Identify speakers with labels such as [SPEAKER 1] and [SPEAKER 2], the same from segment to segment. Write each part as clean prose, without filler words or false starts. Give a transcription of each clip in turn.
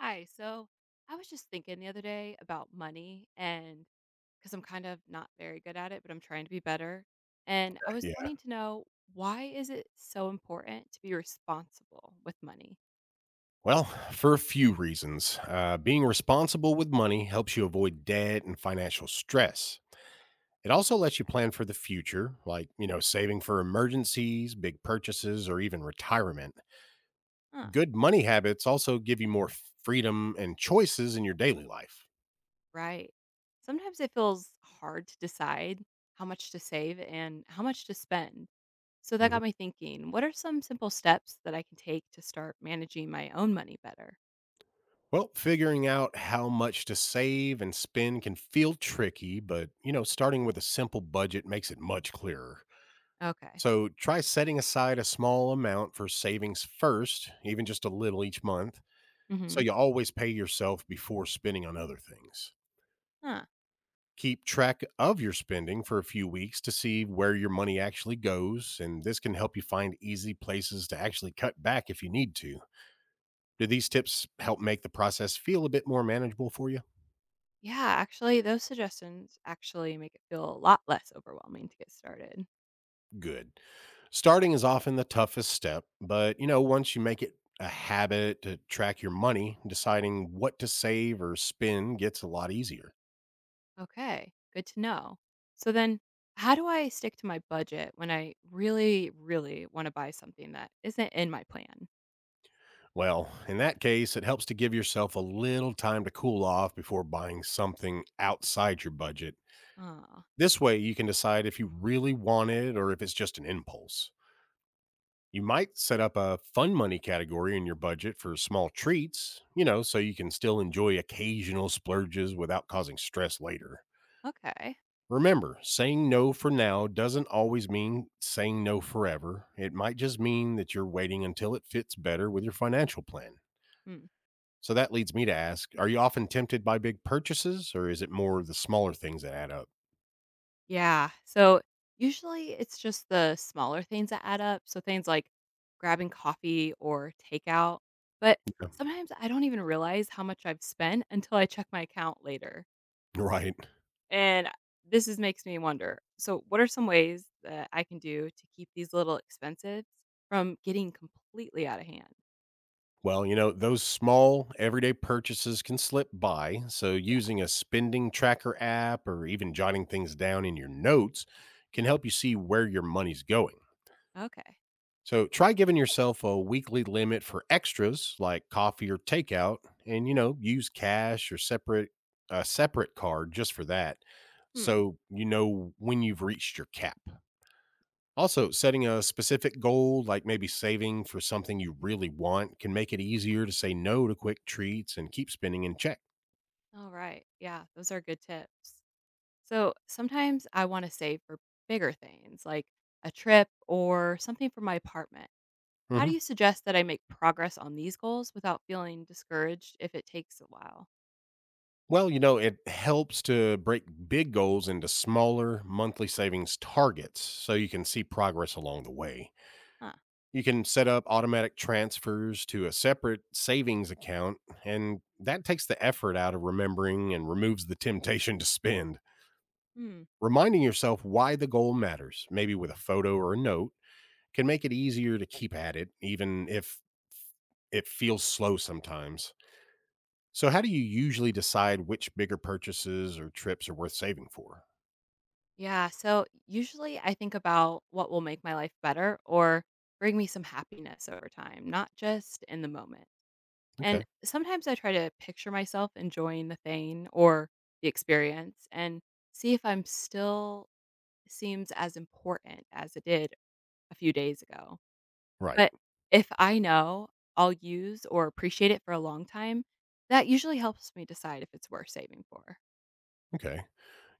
[SPEAKER 1] Hi. So I was just thinking the other day about money and because I'm kind of not very good at it, but I'm trying to be better. And I was
[SPEAKER 2] Yeah.
[SPEAKER 1] wanting to know why is it so important to be responsible with money?
[SPEAKER 2] Well, for a few reasons. Being responsible with money helps you avoid debt and financial stress. It also lets you plan for the future, like, saving for emergencies, big purchases, or even retirement.
[SPEAKER 1] Huh,
[SPEAKER 2] Good money habits also give you more freedom and choices in your daily life.
[SPEAKER 1] right. Sometimes it feels hard to decide how much to save and how much to spend. So that
[SPEAKER 2] Mhm.
[SPEAKER 1] got me thinking, what are some simple steps that I can take to start managing my own money better?
[SPEAKER 2] Well, figuring out how much to save and spend can feel tricky, but, starting with a simple budget makes it much clearer.
[SPEAKER 1] Okay.
[SPEAKER 2] So try setting aside a small amount for savings first, even just a little each month, so
[SPEAKER 1] Mhm.
[SPEAKER 2] you always pay yourself before spending on other things.
[SPEAKER 1] Huh.
[SPEAKER 2] Keep track of your spending for a few weeks to see where your money actually goes, and this can help you find easy places to actually cut back if you need to. Do these tips help make the process feel a bit more manageable for you?
[SPEAKER 1] Yeah, actually, those suggestions actually make it feel a lot less overwhelming to get started.
[SPEAKER 2] Good. Starting is often the toughest step, but once you make it a habit to track your money, deciding what to save or spend gets a lot easier.
[SPEAKER 1] Okay, good to know. So then, how do I stick to my budget when I really, really want to buy something that isn't in my plan?
[SPEAKER 2] Well, in that case, it helps to give yourself a little time to cool off before buying something outside your budget.
[SPEAKER 1] Oh,
[SPEAKER 2] This way, you can decide if you really want it or if it's just an impulse. You might set up a fun money category in your budget for small treats, so you can still enjoy occasional splurges without causing stress later.
[SPEAKER 1] okay.
[SPEAKER 2] Remember, saying no for now doesn't always mean saying no forever. It might just mean that you're waiting until it fits better with your financial plan.
[SPEAKER 1] Hmm.
[SPEAKER 2] So that leads me to ask, are you often tempted by big purchases, or is it more of the smaller things that add up?
[SPEAKER 1] Yeah. So usually it's just the smaller things that add up. So things like grabbing coffee or takeout. But
[SPEAKER 2] Yeah.
[SPEAKER 1] sometimes I don't even realize how much I've spent until I check my account later.
[SPEAKER 2] Right.
[SPEAKER 1] And this is makes me wonder, so what are some ways that I can do to keep these little expenses from getting completely out of hand?
[SPEAKER 2] Well, those small everyday purchases can slip by. So using a spending tracker app or even jotting things down in your notes can help you see where your money's going.
[SPEAKER 1] Yeah. Okay.
[SPEAKER 2] So try giving yourself a weekly limit for extras like coffee or takeout, and use cash or separate a separate card just for that,
[SPEAKER 1] Hmm.
[SPEAKER 2] so you know when you've reached your cap. Also, setting a specific goal like maybe saving for something you really want can make it easier to say no to quick treats and keep spending in check.
[SPEAKER 1] All right. Yeah, those are good tips. So sometimes I want to save for bigger things like a trip or something for my apartment. How do
[SPEAKER 2] Mhm.
[SPEAKER 1] you suggest that I make progress on these goals without feeling discouraged if it takes a while?
[SPEAKER 2] Well, it helps to break big goals into smaller monthly savings targets so you can see progress along the way.
[SPEAKER 1] Huh.
[SPEAKER 2] You can set up automatic transfers to a separate savings account, and that takes the effort out of remembering and removes the temptation to spend.
[SPEAKER 1] Hmm.
[SPEAKER 2] Reminding yourself why the goal matters, maybe with a photo or a note, can make it easier to keep at it, even if it feels slow sometimes. So, how do you usually decide which bigger purchases or trips are worth saving for?
[SPEAKER 1] Yeah. So usually I think about what will make my life better or bring me some happiness over time, not just in the moment. And
[SPEAKER 2] Okay.
[SPEAKER 1] sometimes I try to picture myself enjoying the thing or the experience and see if I'm still seems as important as it did a few days ago.
[SPEAKER 2] Right.
[SPEAKER 1] But if I know I'll use or appreciate it for a long time, that usually helps me decide if it's worth saving for.
[SPEAKER 2] Okay.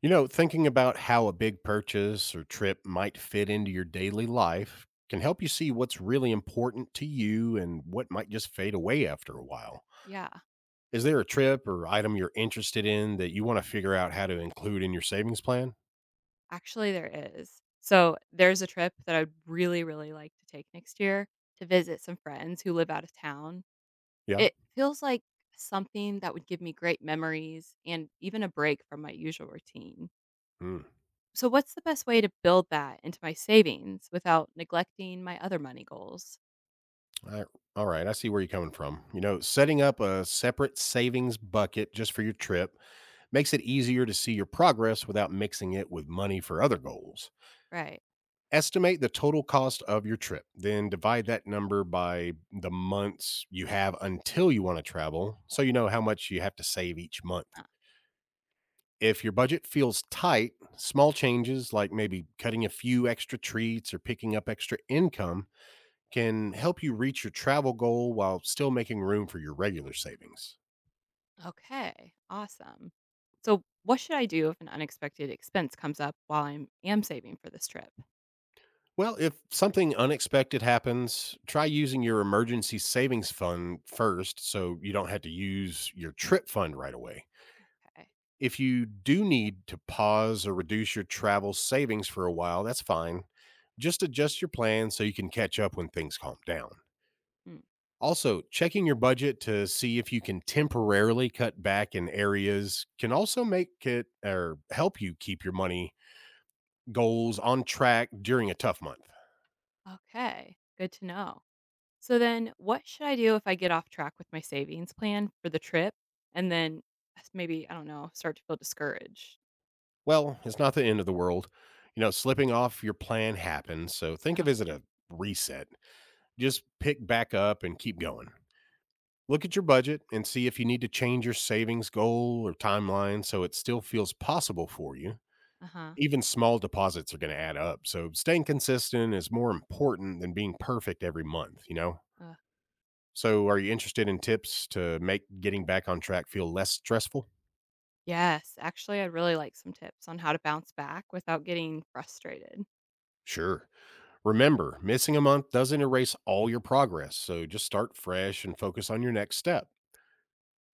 [SPEAKER 2] You know, thinking about how a big purchase or trip might fit into your daily life can help you see what's really important to you and what might just fade away after a while.
[SPEAKER 1] Yeah.
[SPEAKER 2] Is there a trip or item you're interested in that you want to figure out how to include in your savings plan?
[SPEAKER 1] Actually, there is. So there's a trip that I'd really, really like to take next year to visit some friends who live out of town.
[SPEAKER 2] Yeah.
[SPEAKER 1] It feels like something that would give me great memories and even a break from my usual routine.
[SPEAKER 2] Mm.
[SPEAKER 1] So, what's the best way to build that into my savings without neglecting my other money goals?
[SPEAKER 2] I, all right. I see where you're coming from. You know, setting up a separate savings bucket just for your trip makes it easier to see your progress without mixing it with money for other goals.
[SPEAKER 1] Right.
[SPEAKER 2] Estimate the total cost of your trip, then divide that number by the months you have until you want to travel so you know how much you have to save each month.
[SPEAKER 1] Uh,
[SPEAKER 2] If your budget feels tight, small changes like maybe cutting a few extra treats or picking up extra income can help you reach your travel goal while still making room for your regular savings.
[SPEAKER 1] Okay. Awesome. So, what should I do if an unexpected expense comes up while I am saving for this trip?
[SPEAKER 2] Well, if something unexpected happens, try using your emergency savings fund first so you don't have to use your trip fund right away.
[SPEAKER 1] Okay.
[SPEAKER 2] If you do need to pause or reduce your travel savings for a while, that's fine. Just adjust your plan so you can catch up when things calm down.
[SPEAKER 1] Hmm.
[SPEAKER 2] Also, checking your budget to see if you can temporarily cut back in areas can also make it or help you keep your money goals on track during a tough month.
[SPEAKER 1] Okay. Good to know. So then, what should I do if I get off track with my savings plan for the trip and then maybe, I don't know, start to feel discouraged?
[SPEAKER 2] Well, it's not the end of the world. You know, slipping off your plan happens. So think of it as
[SPEAKER 1] Okay.
[SPEAKER 2] a reset. Just pick back up and keep going. Look at your budget and see if you need to change your savings goal or timeline so it still feels possible for you.
[SPEAKER 1] Uh-huh.
[SPEAKER 2] Even small deposits are going to add up. So staying consistent is more important than being perfect every month, you know?
[SPEAKER 1] Uh,
[SPEAKER 2] So are you interested in tips to make getting back on track feel less stressful?
[SPEAKER 1] yes, actually I'd really like some tips on how to bounce back without getting frustrated.
[SPEAKER 2] Sure. Remember, missing a month doesn't erase all your progress. So just start fresh and focus on your next step.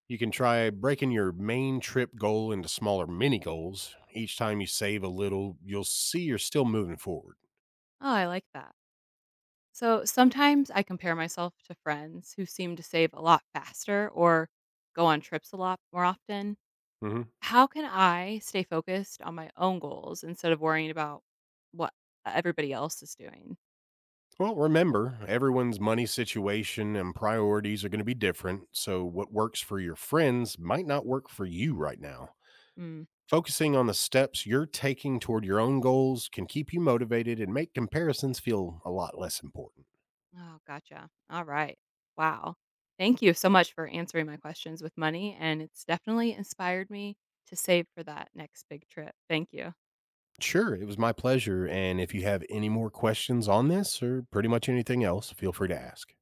[SPEAKER 2] You can try breaking your main trip goal into smaller mini goals. Each time you save a little, you'll see you're still moving forward.
[SPEAKER 1] Oh, I like that. So sometimes I compare myself to friends who seem to save a lot faster or go on trips a lot more often.
[SPEAKER 2] Hmm.
[SPEAKER 1] How can I stay focused on my own goals instead of worrying about what everybody else is doing?
[SPEAKER 2] Well, remember, everyone's money situation and priorities are going to be different, so what works for your friends might not work for you right now.
[SPEAKER 1] Hmm.
[SPEAKER 2] Focusing on the steps you're taking toward your own goals can keep you motivated and make comparisons feel a lot less important.
[SPEAKER 1] Oh, gotcha. All right. Wow. Thank you so much for answering my questions with money. And it's definitely inspired me to save for that next big trip. Thank you.
[SPEAKER 2] Sure, it was my pleasure. And if you have any more questions on this or pretty much anything else, feel free to ask.